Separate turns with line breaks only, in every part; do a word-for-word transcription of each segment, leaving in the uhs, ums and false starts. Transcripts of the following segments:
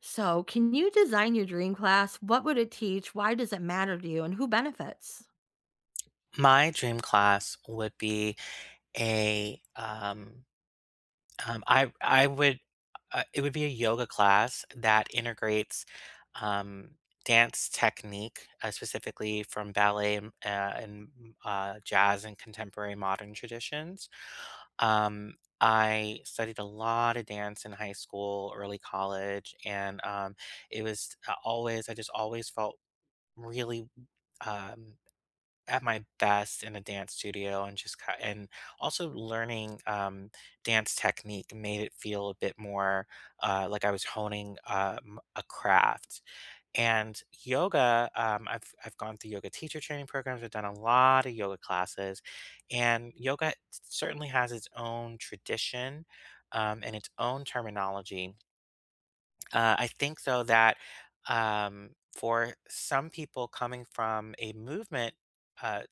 So, can you design your dream class? What would it teach? Why does it matter to you? And who benefits?
My dream class would be a, um, um, I I would, uh, it would be a yoga class that integrates, um, dance technique, uh, specifically from ballet and, uh, and uh, jazz and contemporary modern traditions. Um, I studied a lot of dance in high school, early college, and um, it was uh, always, I just always felt really um, at my best in a dance studio and just ki and also learning, um, dance technique made it feel a bit more, uh, like I was honing, um, a craft. And yoga, um, I've I've gone through yoga teacher training programs. I've done a lot of yoga classes, and yoga certainly has its own tradition, um, and its own terminology. Uh, I think though that, um, for some people coming from a movement, uh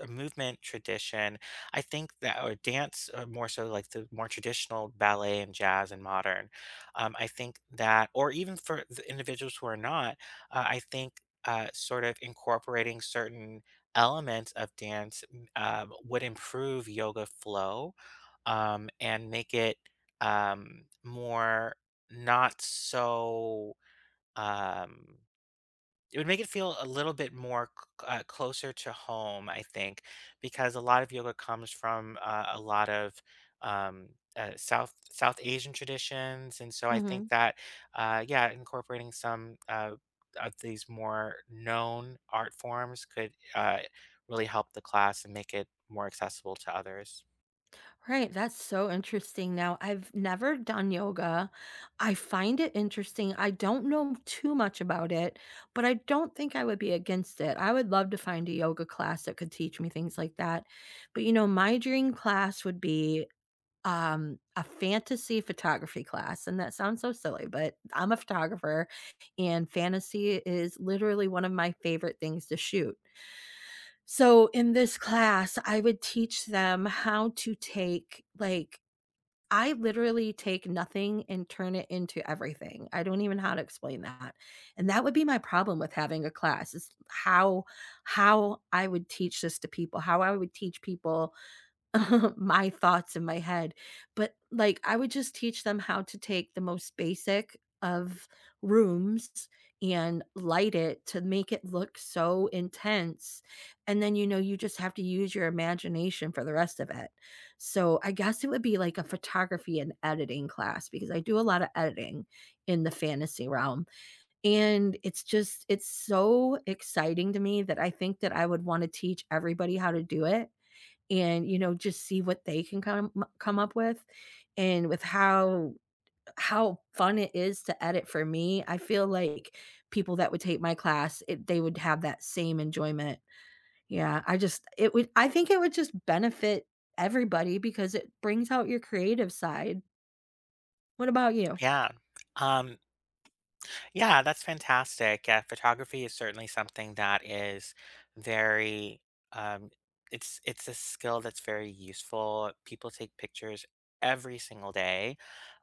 a movement tradition. I think that or dance, or more so like the more traditional ballet and jazz and modern. Um, I think that, or even for the individuals who are not, uh, I think uh, sort of incorporating certain elements of dance m- um, would improve yoga flow um, and make it um, more not so. Um, it would make it feel a little bit more c uh, closer to home, I think, because a lot of yoga comes from, uh, a lot of, um, uh, South South Asian traditions, and so I think
Hmm.
that, uh, yeah, incorporating some, uh, of these more known art forms could, uh, really help the class and make it more accessible to others.
Right, that's so interesting. Now, I've never done yoga. I find it interesting. I don't know too much about it, but I don't think I would be against it. I would love to find a yoga class that could teach me things like that. But you know, my dream class would be um, a fantasy photography class, and that sounds so silly, but I'm a photographer, and fantasy is literally one of my favorite things to shoot. So, in this class, I would teach them how to take, like, I literally take nothing and turn it into everything. I don't even know how to explain that. And that would be my problem with having a class, is how how I would teach this to people, how I would teach people my thoughts in my head. But, like, I would just teach them how to take the most basic of rooms and light it to make it look so intense, and then, you know, you just have to use your imagination for the rest of it. So, I guess it would be like a photography and editing class because I do a lot of editing in the fantasy realm, and it's just it's so exciting to me that I think that I would wanna teach everybody how to do it and, you know, just see what they can come come up with, and with how how fun it is to edit for me, I feel like people that would take my class, it they would have that same enjoyment. Yeah, I just it would I think it would just benefit everybody because it brings out your creative side. What about you?
Yeah. Um Yeah, that's fantastic. Yeah, photography is certainly something that is very um it's it's a skill that's very useful. People take pictures every single day.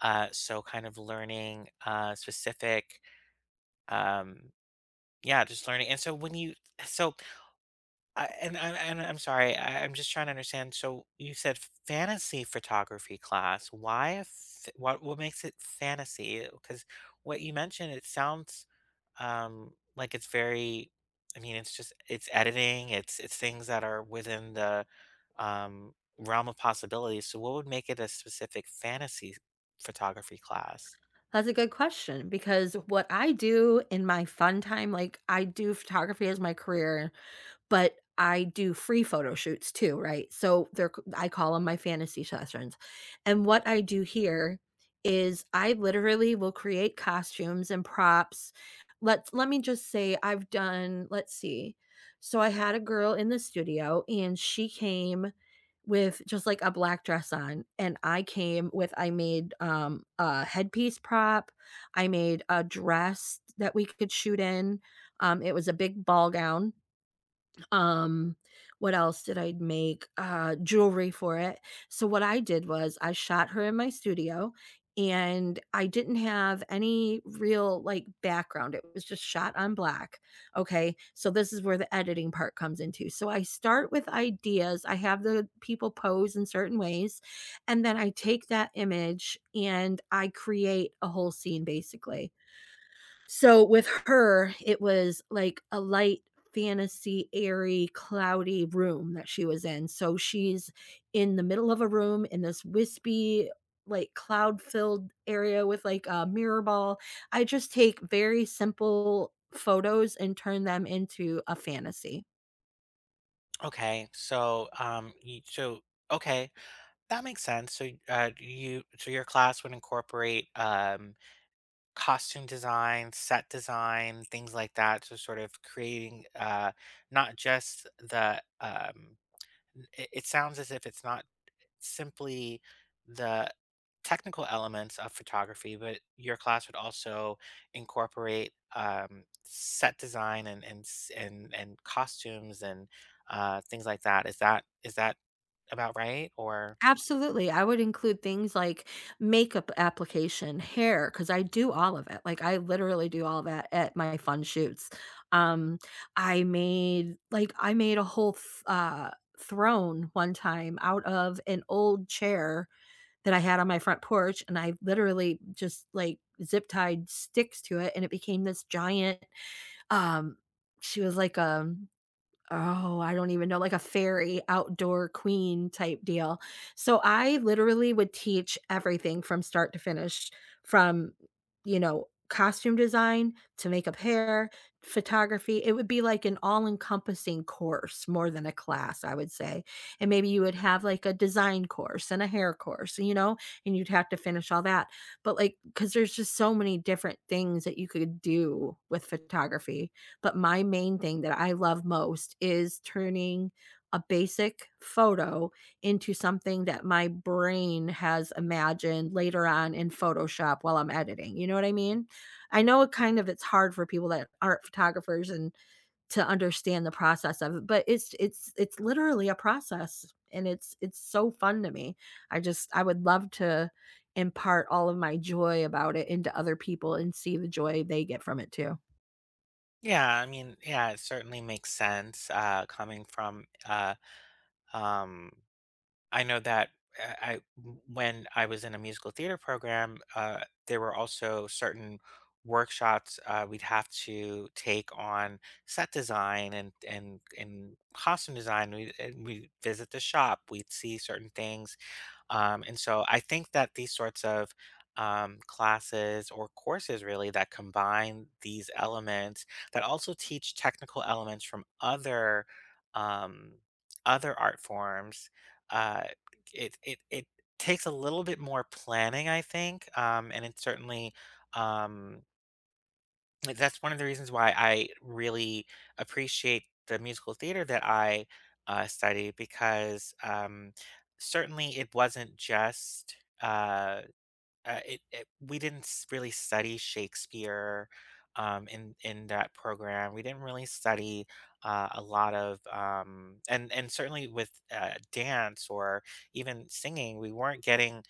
Uh so kind of learning uh specific um yeah, just learning. And so when you so I and I and I'm sorry, I I'm just trying to understand. So you said fantasy photography class. Why a f what what makes it fantasy? Because what you mentioned, it sounds um like it's very I mean, it's just it's editing, it's it's things that are within the um realm of possibilities. So what would make it a specific fantasy photography class?
That's a good question, because what I do in my fun time, like, I do photography as my career. But I do free photo shoots too, right? So they're c I call them my fantasy sessions, and what I do here is I literally will create costumes and props. Let's let me just say, I've done let's see. So I had a girl in the studio, and she came with just, like, a black dress on, and I came with I made, um, a headpiece prop. I made a dress that we could shoot in, um, it was a big ball gown. Um, what else did I make? Uh, jewelry for it. So what I did was I shot her in my studio, and I didn't have any real, like, background. It was just shot on black. Okay. So this is where the editing part comes into. So I start with ideas. I have the people pose in certain ways, and then I take that image and I create a whole scene basically. So with her, it was like a light fantasy, airy, cloudy room that she was in. So she's in the middle of a room in this wispy, like cloud filled area with like a mirror ball. I just take very simple photos and turn them into a fantasy.
Okay, so um, you, so okay, that makes sense. So, uh, you so your class would incorporate um, costume design, set design, things like that. So, sort of creating uh, not just the. Um, it, it sounds as if it's not simply the technical elements of photography, but your class would also incorporate um, set design and and s- and and costumes and uh, things like that. Is that is that about right or?
Absolutely, I would include things like makeup application, hair, because I do all of it, like, I literally do all of that at my fun shoots. Um, I made like, I made a whole th uh, throne one time out of an old chair that I had on my front porch, and I literally just, like, zip tied sticks to it, and it became this giant, um she was like a Oh, I don't even know, like a fairy outdoor queen type deal. So I literally would teach everything from start to finish, from, you know, costume design to makeup, hair, photography. It would be like an all encompassing course more than a class, I would say. And maybe you would have like a design course and a hair course, you know, and you'd have to finish all that. But like, because there's just so many different things that you could do with photography, but my main thing that I love most is turning a basic photo into something that my brain has imagined later on in Photoshop while I'm editing, you know what I mean? I know it kind of it's hard for people that aren't photographers, and to understand the process of it, but it's it's it's literally a process, and it's it's so fun to me. I just I would love to impart all of my joy about it into other people, and see the joy they get from it too.
Yeah, I mean, yeah, it certainly makes sense, uh, coming from, uh, um I know that uh, I, when I was in a musical theater program, uh, there were also certain workshops, uh, we'd have to take on set design and and and costume design. We and we visit the shop, we'd see certain things, um, and so I think that these sorts of um, classes or courses really that combine these elements that also teach technical elements from other um, other art forms. Uh, it it it takes a little bit more planning, I think, um, and it certainly. Um, like, that's one of the reasons why I really appreciate the musical theater that I, uh, studied because, um, certainly it wasn't just, uh, uh, it it we didn't s really study Shakespeare, um, in in that program. We didn't really study, uh, a lot of, um and and certainly with, uh, dance or even singing, we weren't getting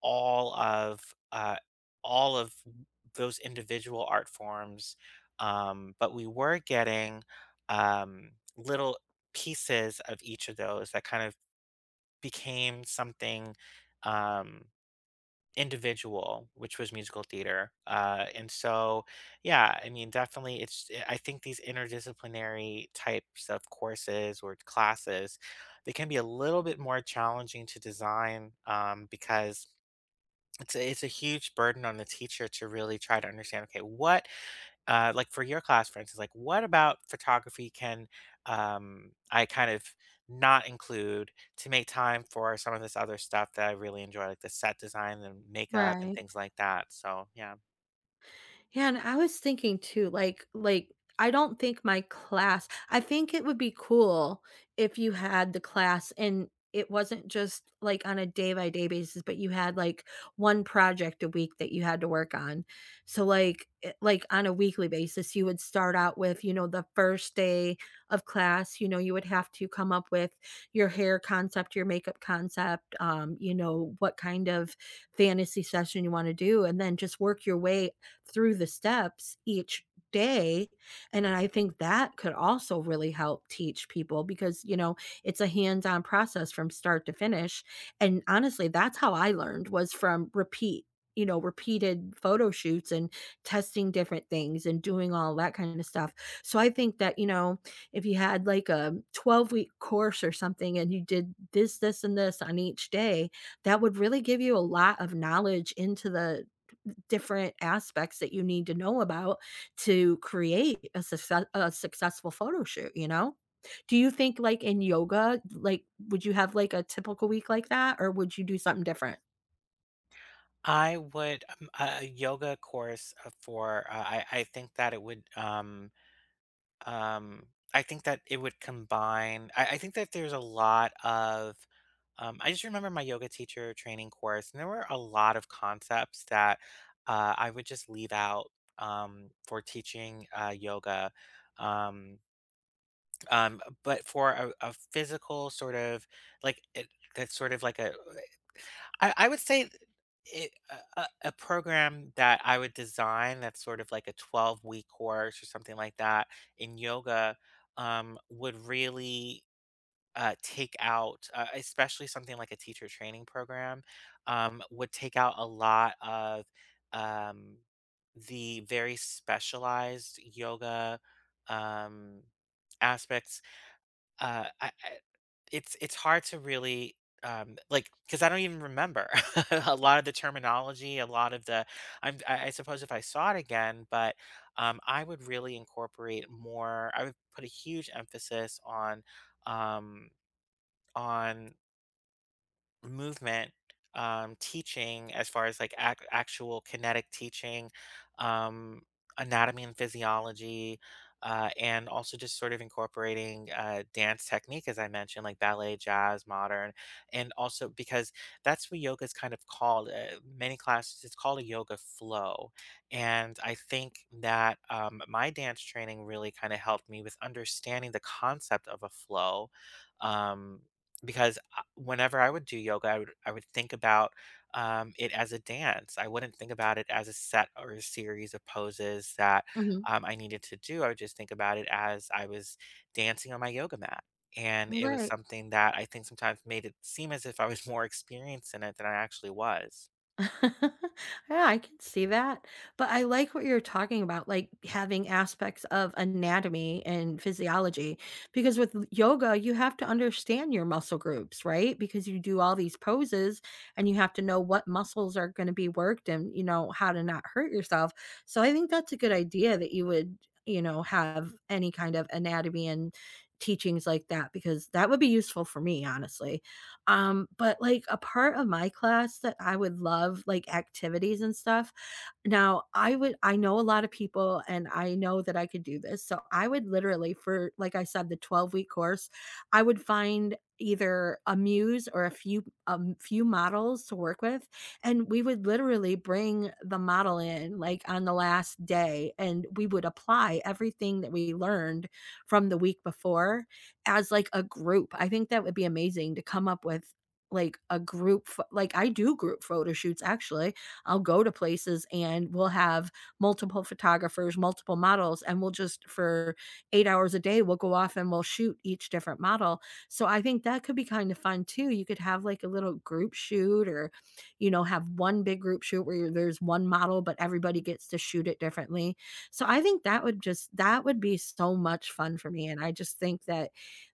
all of, uh, all of those individual art forms, um, but we were getting, um, little pieces of each of those that kind of became something, um, individual, which was musical theater. Uh, and so, yeah, I mean, definitely, it's, eh, I think these interdisciplinary types of courses or classes, they can be a little bit more challenging to design, um, because it's a, it's a huge burden on the teacher to really try to understand, okay, what, uh, like for your class, for instance, like what about photography can um, I kind of not include to make time for some of this other stuff that I really enjoy, like the set design and makeup and
Right.
things like that. So, yeah.
Yeah, and I was thinking too, like like I don't think my class I think it would be cool if you had the class and it wasn't just like on a day by day basis, but you had like one project a week that you had to work on. So, like, it- like on a weekly basis, you would start out with, you know, the first day of class, you know, you would have to come up with your hair concept, your makeup concept, um, you know, what kind of fantasy session you want to do, and then just work your way through the steps each day. And I think that could also really help teach people, because you know it's a hands-on process from start to finish. And honestly, that's how I learned, was from repeat you know repeated photo shoots and testing different things and doing all that kind of stuff. So I think that you know if you had like a twelve week course or something, and you did this this and this on each day, that would really give you a lot of knowledge into the different aspects that you need to know about to create a success a successful photo shoot, you know? Do you think, like, in yoga, like, would you have, like, a typical week like that, or would you do something different?
I would um, a a yoga course uh, for uh, I I think that it would um Um, I think that it would combine I I think that there's a lot of um, I just remember my yoga teacher training course, and there were a lot of concepts that uh, I would just leave out um, for teaching uh, yoga. Um, um, but for a, a physical sort of like it, that's sort of like a I I would say it a a a program that I would design that's sort of like a twelve-week course or something like that in yoga, um, would really, uh, take out, uh, especially something like a teacher training program, um, would take out a lot of, um, the very specialized yoga, um, aspects uh, I I it's it's hard to really, um, like because I don't even remember a lot of the terminology, a lot of the I'm I I suppose if I saw it again, but, um, I would really incorporate more I would put a huge emphasis on, um, on movement um, teaching as far as like ac- actual kinetic teaching um, anatomy and physiology uh, and also just sort of incorporating uh, dance technique as I mentioned, like ballet, jazz, modern. And also, because that's what yoga is kind of called, uh, many classes, it's called a yoga flow. And I think that um, my dance training really kind of helped me with understanding the concept of a flow, um, because I whenever I would do yoga, I would I would think about, um, it as a dance. I wouldn't think about it as a set or a series of poses that,
Mhm.
um, I needed to do. I would just think about it as I was dancing on my yoga mat, and it was
Right.
something that I think sometimes made it seem as if I was more experienced in it than I actually was.
Yeah, I can see that. But I like what you're talking about, like having aspects of anatomy and physiology, because with l- yoga, you have to understand your muscle groups, right? Because you do all these poses, and you have to know what muscles are going to be worked, and, you know, how to not hurt yourself. So I think that's a good idea, that you would, you know, have any kind of anatomy and teachings like that, because that would be useful for me, honestly. Um, but, like, a part of my class that I would love, like, activities and stuff. Now, I would I know a lot of people and I know that I could do this, so I would literally, for, like I said, the twelve-week course, I would find either a muse or a few um, few models to work with, and we would literally bring the model in, like, on the last day, and we would apply everything that we learned from the week before as like a group. I think that would be amazing, to come up with, like a group pho- like I do group photo shoots, actually. I'll go to places and we'll have multiple photographers, multiple models, and we'll just for eight hours a day we'll go off and we'll shoot each different model. So I think that could be kind of fun too. You could have like a little group shoot, or you know have one big group shoot where you're- there's one model but everybody gets to shoot it differently. So I think that would just that would be so much fun for me, and I just think that,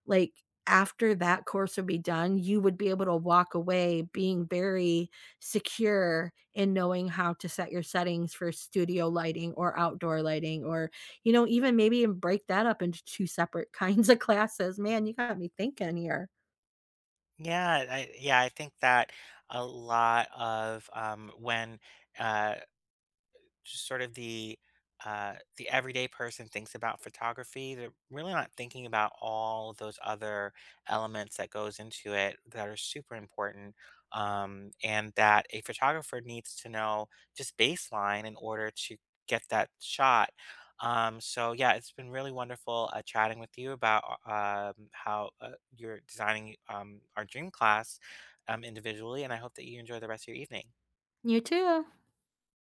like, after that course would be done, you would be able to walk away being very secure in knowing how to set your settings for studio lighting or outdoor lighting, or, you know, even maybe and break that up into two separate kinds of classes. Man, you got me thinking here.
Yeah, I yeah, I think that a lot of, um, when, uh just sort of the uh, the everyday person thinks about photography, they're really not thinking about all those other elements that goes into it that are super important, um, and that a photographer needs to know just baseline in order to get that shot. Um, so yeah, it's been really wonderful uh, chatting with you about uh, um, how uh, you're designing um, our dream class um, individually, and I hope that you enjoy the rest of your evening.
You too.